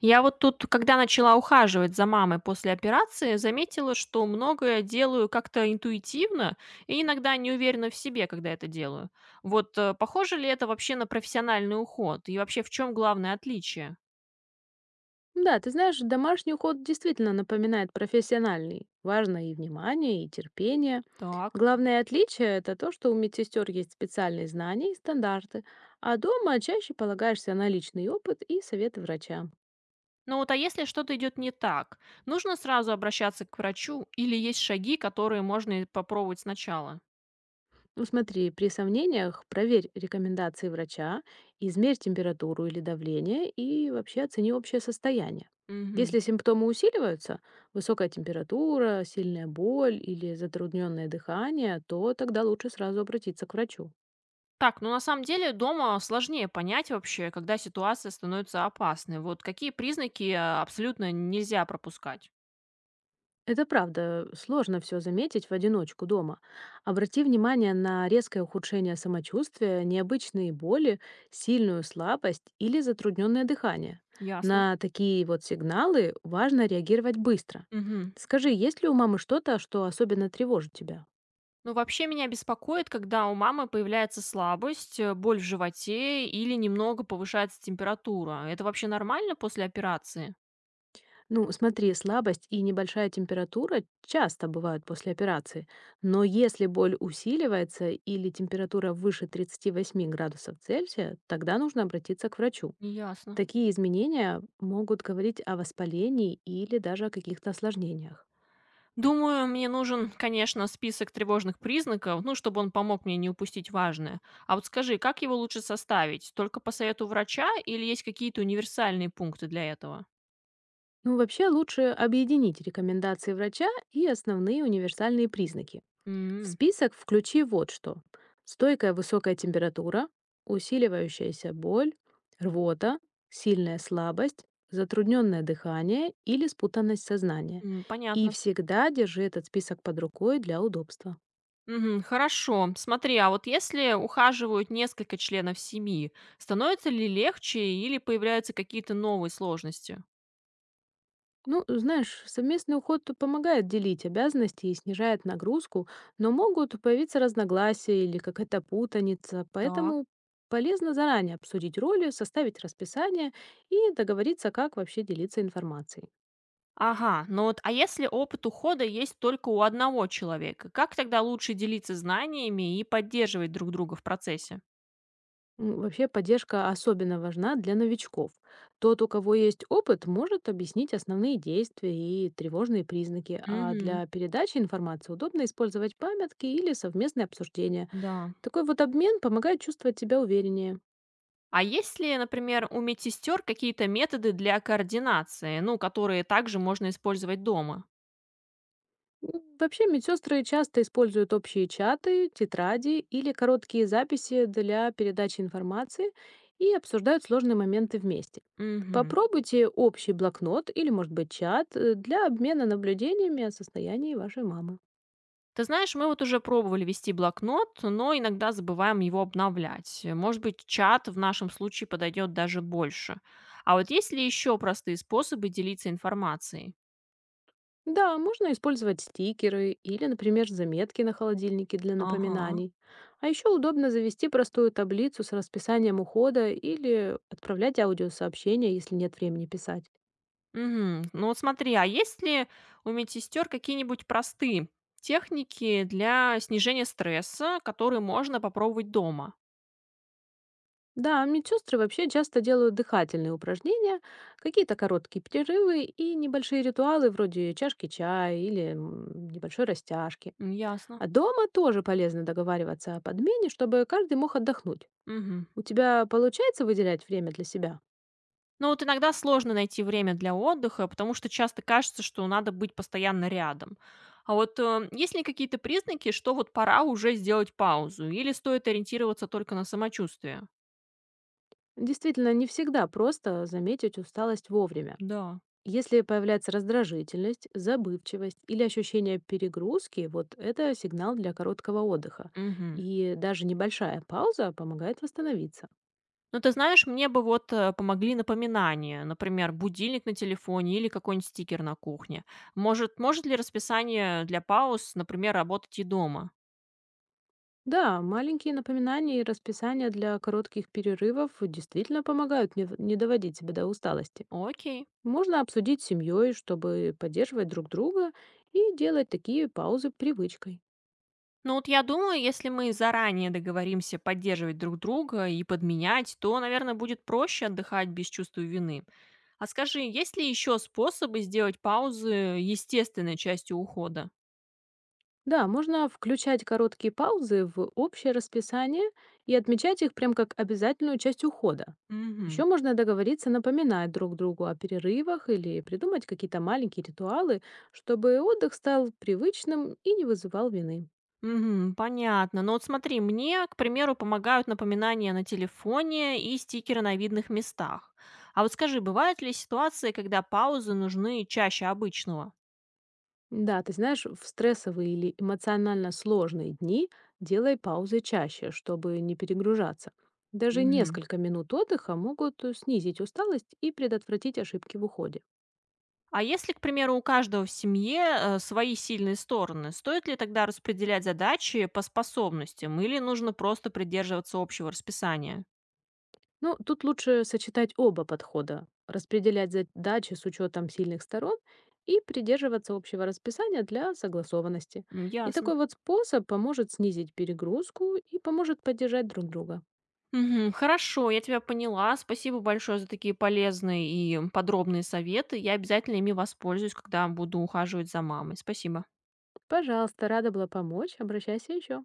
Я вот тут, когда начала ухаживать за мамой после операции, заметила, что многое делаю как-то интуитивно и иногда не уверена в себе, когда это делаю. Вот похоже ли это вообще на профессиональный уход? И вообще в чем главное отличие? Да, ты знаешь, домашний уход действительно напоминает профессиональный. Важно и внимание, и терпение. Так. Главное отличие – это то, что у медсестер есть специальные знания и стандарты, а дома чаще полагаешься на личный опыт и советы врача. Ну вот, а если что-то идет не так, нужно сразу обращаться к врачу или есть шаги, которые можно и попробовать сначала? Ну смотри, при сомнениях проверь рекомендации врача, измерь температуру или давление и вообще оцени общее состояние. Угу. Если симптомы усиливаются, высокая температура, сильная боль или затрудненное дыхание, то тогда лучше сразу обратиться к врачу. Так, ну на самом деле дома сложнее понять вообще, когда ситуация становится опасной. Вот какие признаки абсолютно нельзя пропускать? Это правда, сложно все заметить в одиночку дома. Обрати внимание на резкое ухудшение самочувствия, необычные боли, сильную слабость или затрудненное дыхание. Ясно. На такие вот сигналы важно реагировать быстро. Мгм. Скажи, есть ли у мамы что-то, что особенно тревожит тебя? Ну вообще меня беспокоит, когда у мамы появляется слабость, боль в животе или немного повышается температура. Это вообще нормально после операции? Ну, смотри, слабость и небольшая температура часто бывают после операции, но если боль усиливается или температура выше 38 °C, тогда нужно обратиться к врачу. Ясно. Такие изменения могут говорить о воспалении или даже о каких-то осложнениях. Думаю, мне нужен, конечно, список тревожных признаков, ну, чтобы он помог мне не упустить важное. А вот скажи, как его лучше составить? Только по совету врача или есть какие-то универсальные пункты для этого? Ну, вообще лучше объединить рекомендации врача и основные универсальные признаки. В М, список включи вот что. Стойкая высокая температура, усиливающаяся боль, рвота, сильная слабость, затрудненное дыхание или спутанность сознания. И Понятно. всегда держи этот список под рукой для удобства. Мгм, хорошо. Смотри, а вот если ухаживают несколько членов семьи, становится ли легче или появляются какие-то новые сложности? Ну, знаешь, совместный уход помогает делить обязанности и снижает нагрузку, но могут появиться разногласия или какая-то путаница, Так. поэтому полезно заранее обсудить роли, составить расписание и договориться, как вообще делиться информацией. Ага, ну вот, а если опыт ухода есть только у одного человека, как тогда лучше делиться знаниями и поддерживать друг друга в процессе? Вообще поддержка особенно важна для новичков. Тот, у кого есть опыт, может объяснить основные действия и тревожные признаки, а Угу, для передачи информации удобно использовать памятки или совместные обсуждения. да. Такой вот обмен помогает чувствовать себя увереннее. А есть ли, например, у медсестер какие-то методы для координации, ну, которые также можно использовать дома? Ну, вообще медсестры часто используют общие чаты, тетради или короткие записи для передачи информации и обсуждают сложные моменты вместе. Мгм. Попробуйте общий блокнот или, может быть, чат для обмена наблюдениями о состоянии вашей мамы. Ты знаешь, мы вот уже пробовали вести блокнот, но иногда забываем его обновлять. Может быть, чат в нашем случае подойдет даже больше. А вот есть ли еще простые способы делиться информацией? Да, можно использовать стикеры или, например, заметки на холодильнике для Ага. напоминаний. А еще удобно завести простую таблицу с расписанием ухода или отправлять аудиосообщения, если нет времени писать. Мгм. Ну вот смотри, а есть ли у медсестер какие-нибудь простые техники для снижения стресса, которые можно попробовать дома? Да, медсестры вообще часто делают дыхательные упражнения, какие-то короткие перерывы и небольшие ритуалы вроде чашки чая или небольшой растяжки. М, ясно. А дома тоже полезно договариваться о подмене, чтобы каждый мог отдохнуть. Мгм. У тебя получается выделять время для себя? Ну вот иногда сложно найти время для отдыха, потому что часто кажется, что надо быть постоянно рядом. А вот есть ли какие-то признаки, что вот пора уже сделать паузу, или стоит ориентироваться только на самочувствие? Действительно, не всегда просто заметить усталость вовремя. Да. Если появляется раздражительность, забывчивость или ощущение перегрузки, вот это сигнал для короткого отдыха. Мгм. И даже небольшая пауза помогает восстановиться. Ну, ты знаешь, мне бы вот помогли напоминания, например, будильник на телефоне или какой-нибудь стикер на кухне. Может ли расписание для пауз, например, работать и дома? Да, маленькие напоминания и расписания для коротких перерывов действительно помогают не доводить себя до усталости. Окей. Можно обсудить с семьей, чтобы поддерживать друг друга и делать такие паузы привычкой. Ну вот я думаю, если мы заранее договоримся поддерживать друг друга и подменять, то, наверное, будет проще отдыхать без чувства вины. А скажи, есть ли еще способы сделать паузы естественной частью ухода? Да, можно включать короткие паузы в общее расписание и отмечать их прям как обязательную часть ухода. Еще Мгм. можно договориться напоминать друг другу о перерывах или придумать какие-то маленькие ритуалы, чтобы отдых стал привычным и не вызывал вины. Мгм. Понятно. Но вот смотри, мне, к примеру, помогают напоминания на телефоне и стикеры на видных местах. А вот скажи, бывают ли ситуации, когда паузы нужны чаще обычного? Да, ты знаешь, в стрессовые или эмоционально сложные дни делай паузы чаще, чтобы не перегружаться. Даже Мгм. несколько минут отдыха могут снизить усталость и предотвратить ошибки в уходе. А если, к примеру, у каждого в семье свои сильные стороны, стоит ли тогда распределять задачи по способностям или нужно просто придерживаться общего расписания? Ну, тут лучше сочетать оба подхода, распределять задачи с учетом сильных сторон и придерживаться общего расписания для согласованности. М, И ясно. такой вот способ поможет снизить перегрузку и поможет поддержать друг друга. Мгм. Хорошо, я тебя поняла. Спасибо большое за такие полезные и подробные советы. Я обязательно ими воспользуюсь, когда буду ухаживать за мамой. Спасибо. Пожалуйста, рада была помочь. Обращайся еще.